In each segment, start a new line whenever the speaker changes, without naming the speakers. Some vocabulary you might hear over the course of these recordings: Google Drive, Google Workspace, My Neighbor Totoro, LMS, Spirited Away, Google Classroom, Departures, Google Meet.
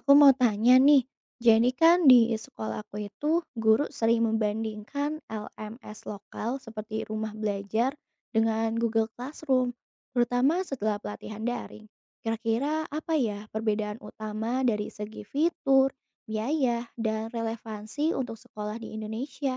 Aku mau tanya nih, jadi kan di sekolah aku itu guru sering membandingkan LMS lokal seperti rumah belajar dengan Google Classroom, terutama setelah pelatihan daring. Kira-kira apa ya perbedaan utama dari segi fitur, biaya, dan relevansi untuk sekolah di Indonesia?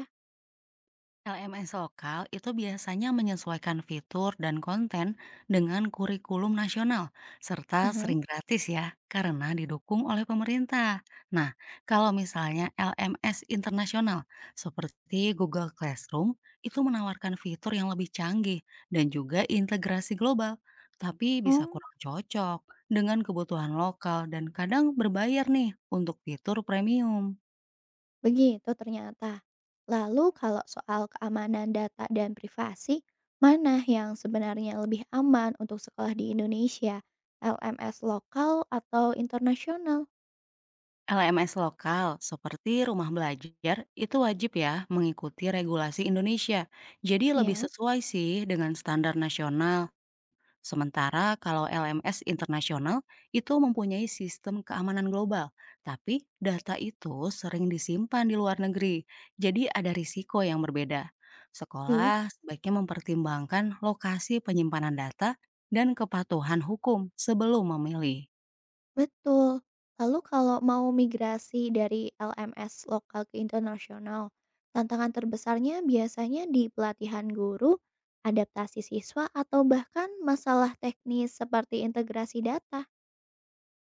LMS lokal itu biasanya menyesuaikan fitur dan konten dengan kurikulum nasional, serta
Aha.
sering gratis ya, karena didukung oleh pemerintah. Nah, kalau misalnya LMS internasional seperti Google Classroom itu menawarkan fitur yang lebih canggih dan juga integrasi global, tapi bisa
Oh,
kurang cocok dengan kebutuhan lokal dan kadang berbayar nih untuk fitur premium.
begitu ternyata. Lalu kalau soal keamanan data dan privasi, mana yang sebenarnya lebih aman untuk sekolah di Indonesia? LMS lokal atau internasional?
LMS lokal seperti rumah belajar itu wajib ya mengikuti regulasi Indonesia. Jadi lebih
Ya.
sesuai sih dengan standar nasional. Sementara kalau LMS internasional itu mempunyai sistem keamanan global, tapi data itu sering disimpan di luar negeri. Jadi ada risiko yang berbeda.
Duh,
Sekolah sebaiknya mempertimbangkan lokasi penyimpanan data dan kepatuhan hukum sebelum memilih.
betul. Lalu kalau mau migrasi dari LMS lokal ke internasional, tantangan terbesarnya biasanya di pelatihan guru, adaptasi siswa, atau bahkan masalah teknis seperti integrasi data.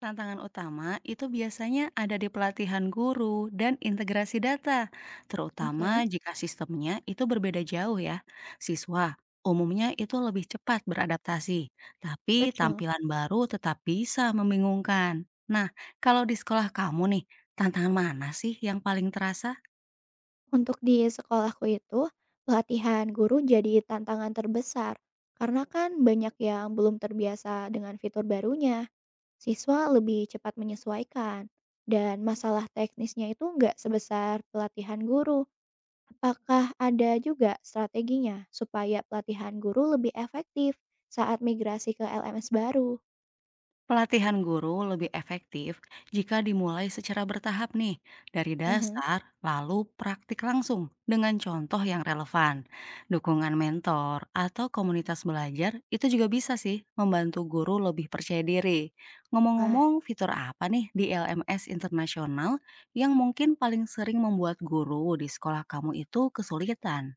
Tantangan utama itu biasanya ada di pelatihan guru dan integrasi data, terutama
Oke,
jika sistemnya itu berbeda jauh ya. Siswa umumnya itu lebih cepat beradaptasi, tapi
betul.
tampilan baru tetap bisa membingungkan. Nah, kalau di sekolah kamu nih, tantangan mana sih yang paling terasa?
Untuk di sekolahku itu, pelatihan guru jadi tantangan terbesar. Karena kan banyak yang belum terbiasa dengan fitur barunya, siswa lebih cepat menyesuaikan. Dan masalah teknisnya itu nggak sebesar pelatihan guru. Apakah ada juga strateginya supaya pelatihan guru lebih efektif saat migrasi ke LMS baru?
Pelatihan guru lebih efektif jika dimulai secara bertahap nih, dari
Aha.
dasar lalu praktik langsung dengan contoh yang relevan. Dukungan mentor atau komunitas belajar itu juga bisa sih membantu guru lebih percaya diri.
Wah,
Ngomong-ngomong fitur apa nih di LMS internasional yang mungkin paling sering membuat guru di sekolah kamu itu kesulitan?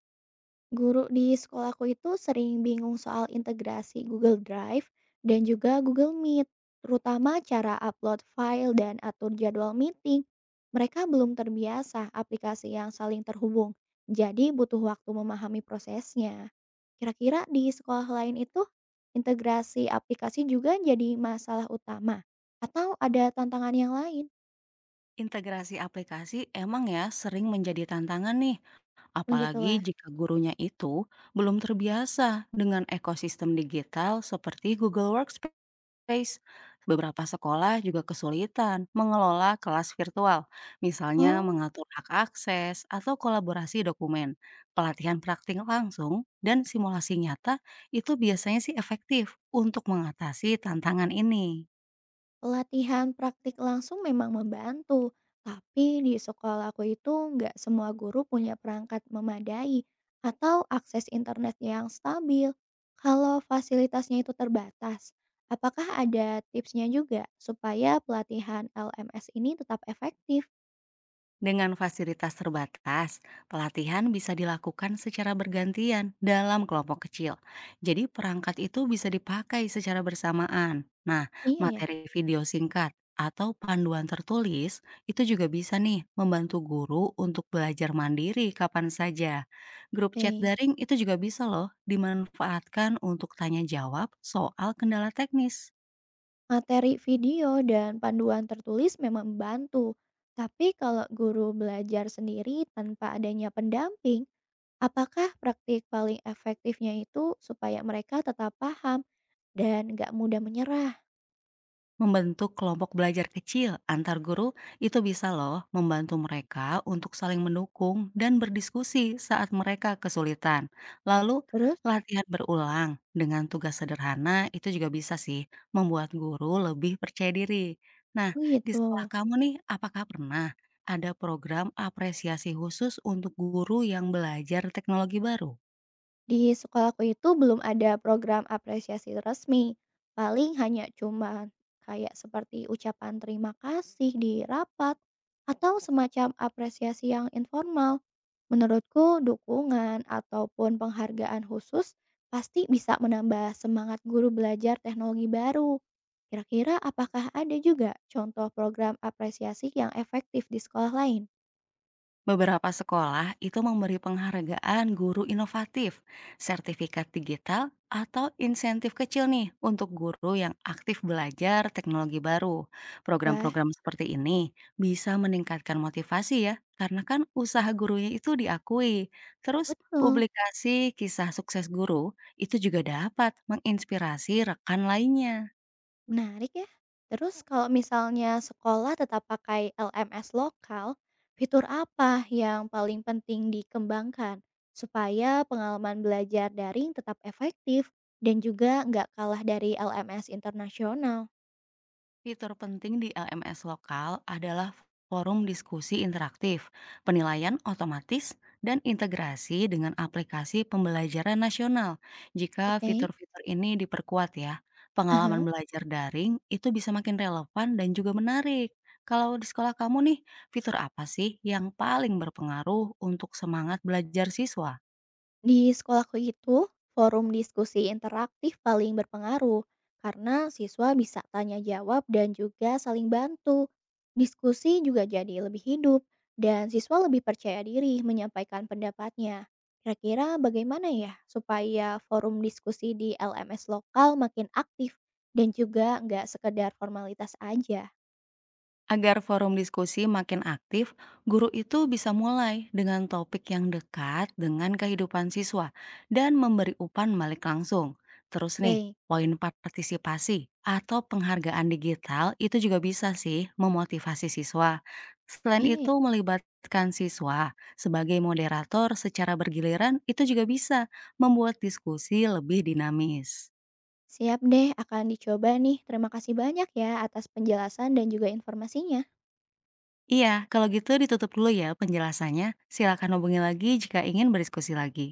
guru di sekolahku itu sering bingung soal integrasi Google Drive dan juga Google Meet, terutama cara upload file dan atur jadwal meeting. Mereka belum terbiasa aplikasi yang saling terhubung, jadi butuh waktu memahami prosesnya. Kira-kira di sekolah lain itu, integrasi aplikasi juga jadi masalah utama, atau ada tantangan yang lain?
Integrasi aplikasi emang ya sering menjadi tantangan nih. Apalagi
Begitulah.
jika gurunya itu belum terbiasa dengan ekosistem digital seperti Google Workspace. Beberapa sekolah juga kesulitan mengelola kelas virtual, misalnya
Oh.
mengatur hak akses atau kolaborasi dokumen. Pelatihan praktik langsung dan simulasi nyata itu biasanya sih efektif untuk mengatasi tantangan ini.
Pelatihan praktik langsung memang membantu, tapi di sekolah aku itu nggak semua guru punya perangkat memadai atau akses internet yang stabil. Kalau fasilitasnya itu terbatas, apakah ada tipsnya juga supaya pelatihan LMS ini tetap efektif?
Dengan fasilitas terbatas, pelatihan bisa dilakukan secara bergantian dalam kelompok kecil. Jadi perangkat itu bisa dipakai secara bersamaan. Nah,
Iya ya,
materi video singkat atau panduan tertulis itu juga bisa nih membantu guru untuk belajar mandiri kapan saja. Grup chat
baik.
daring itu juga bisa loh dimanfaatkan untuk tanya jawab soal kendala teknis.
Materi video dan panduan tertulis memang membantu, tapi kalau guru belajar sendiri tanpa adanya pendamping, apakah praktik paling efektifnya itu supaya mereka tetap paham dan nggak mudah menyerah?
Membentuk kelompok belajar kecil antar guru itu bisa loh membantu mereka untuk saling mendukung dan berdiskusi saat mereka kesulitan. Lalu,
Terus?
latihan berulang dengan tugas sederhana itu juga bisa sih membuat guru lebih percaya diri. Nah,
Oh
di sekolah
gitu.
kamu nih, apakah pernah ada program apresiasi khusus untuk guru yang belajar teknologi baru?
Di sekolahku itu belum ada program apresiasi resmi. Paling hanya cuma kayak seperti ucapan terima kasih di rapat atau semacam apresiasi yang informal. Menurutku, dukungan ataupun penghargaan khusus pasti bisa menambah semangat guru belajar teknologi baru. Kira-kira apakah ada juga contoh program apresiasi yang efektif di sekolah lain?
Beberapa sekolah itu memberi penghargaan guru inovatif, sertifikat digital, atau insentif kecil nih untuk guru yang aktif belajar teknologi baru.
Wah,
Program-program seperti ini bisa meningkatkan motivasi ya, karena kan usaha gurunya itu diakui. Terus
betul.
publikasi kisah sukses guru itu juga dapat menginspirasi rekan lainnya.
Menarik ya. Terus kalau misalnya sekolah tetap pakai LMS lokal, fitur apa yang paling penting dikembangkan supaya pengalaman belajar daring tetap efektif dan juga nggak kalah dari LMS internasional?
Fitur penting di LMS lokal adalah forum diskusi interaktif, penilaian otomatis, dan integrasi dengan aplikasi pembelajaran nasional. Jika
Oke.
fitur-fitur ini diperkuat ya, pengalaman
Aha.
belajar daring itu bisa makin relevan dan juga menarik. Kalau di sekolah kamu nih, fitur apa sih yang paling berpengaruh untuk semangat belajar siswa?
Di sekolahku itu, forum diskusi interaktif paling berpengaruh karena siswa bisa tanya jawab dan juga saling bantu. Diskusi juga jadi lebih hidup dan siswa lebih percaya diri menyampaikan pendapatnya. Kira-kira bagaimana ya supaya forum diskusi di LMS lokal makin aktif dan juga nggak sekedar formalitas aja?
Agar forum diskusi makin aktif, guru itu bisa mulai dengan topik yang dekat dengan kehidupan siswa dan memberi umpan balik langsung. Terus nih,
Baik,
poin partisipasi atau penghargaan digital itu juga bisa sih memotivasi siswa. Selain
iya.
itu, melibatkan siswa sebagai moderator secara bergiliran itu juga bisa membuat diskusi lebih dinamis.
Siap deh, akan dicoba nih. Terima kasih banyak ya atas penjelasan dan juga informasinya.
Iya, kalau gitu ditutup dulu ya penjelasannya. Silakan hubungi lagi jika ingin berdiskusi lagi.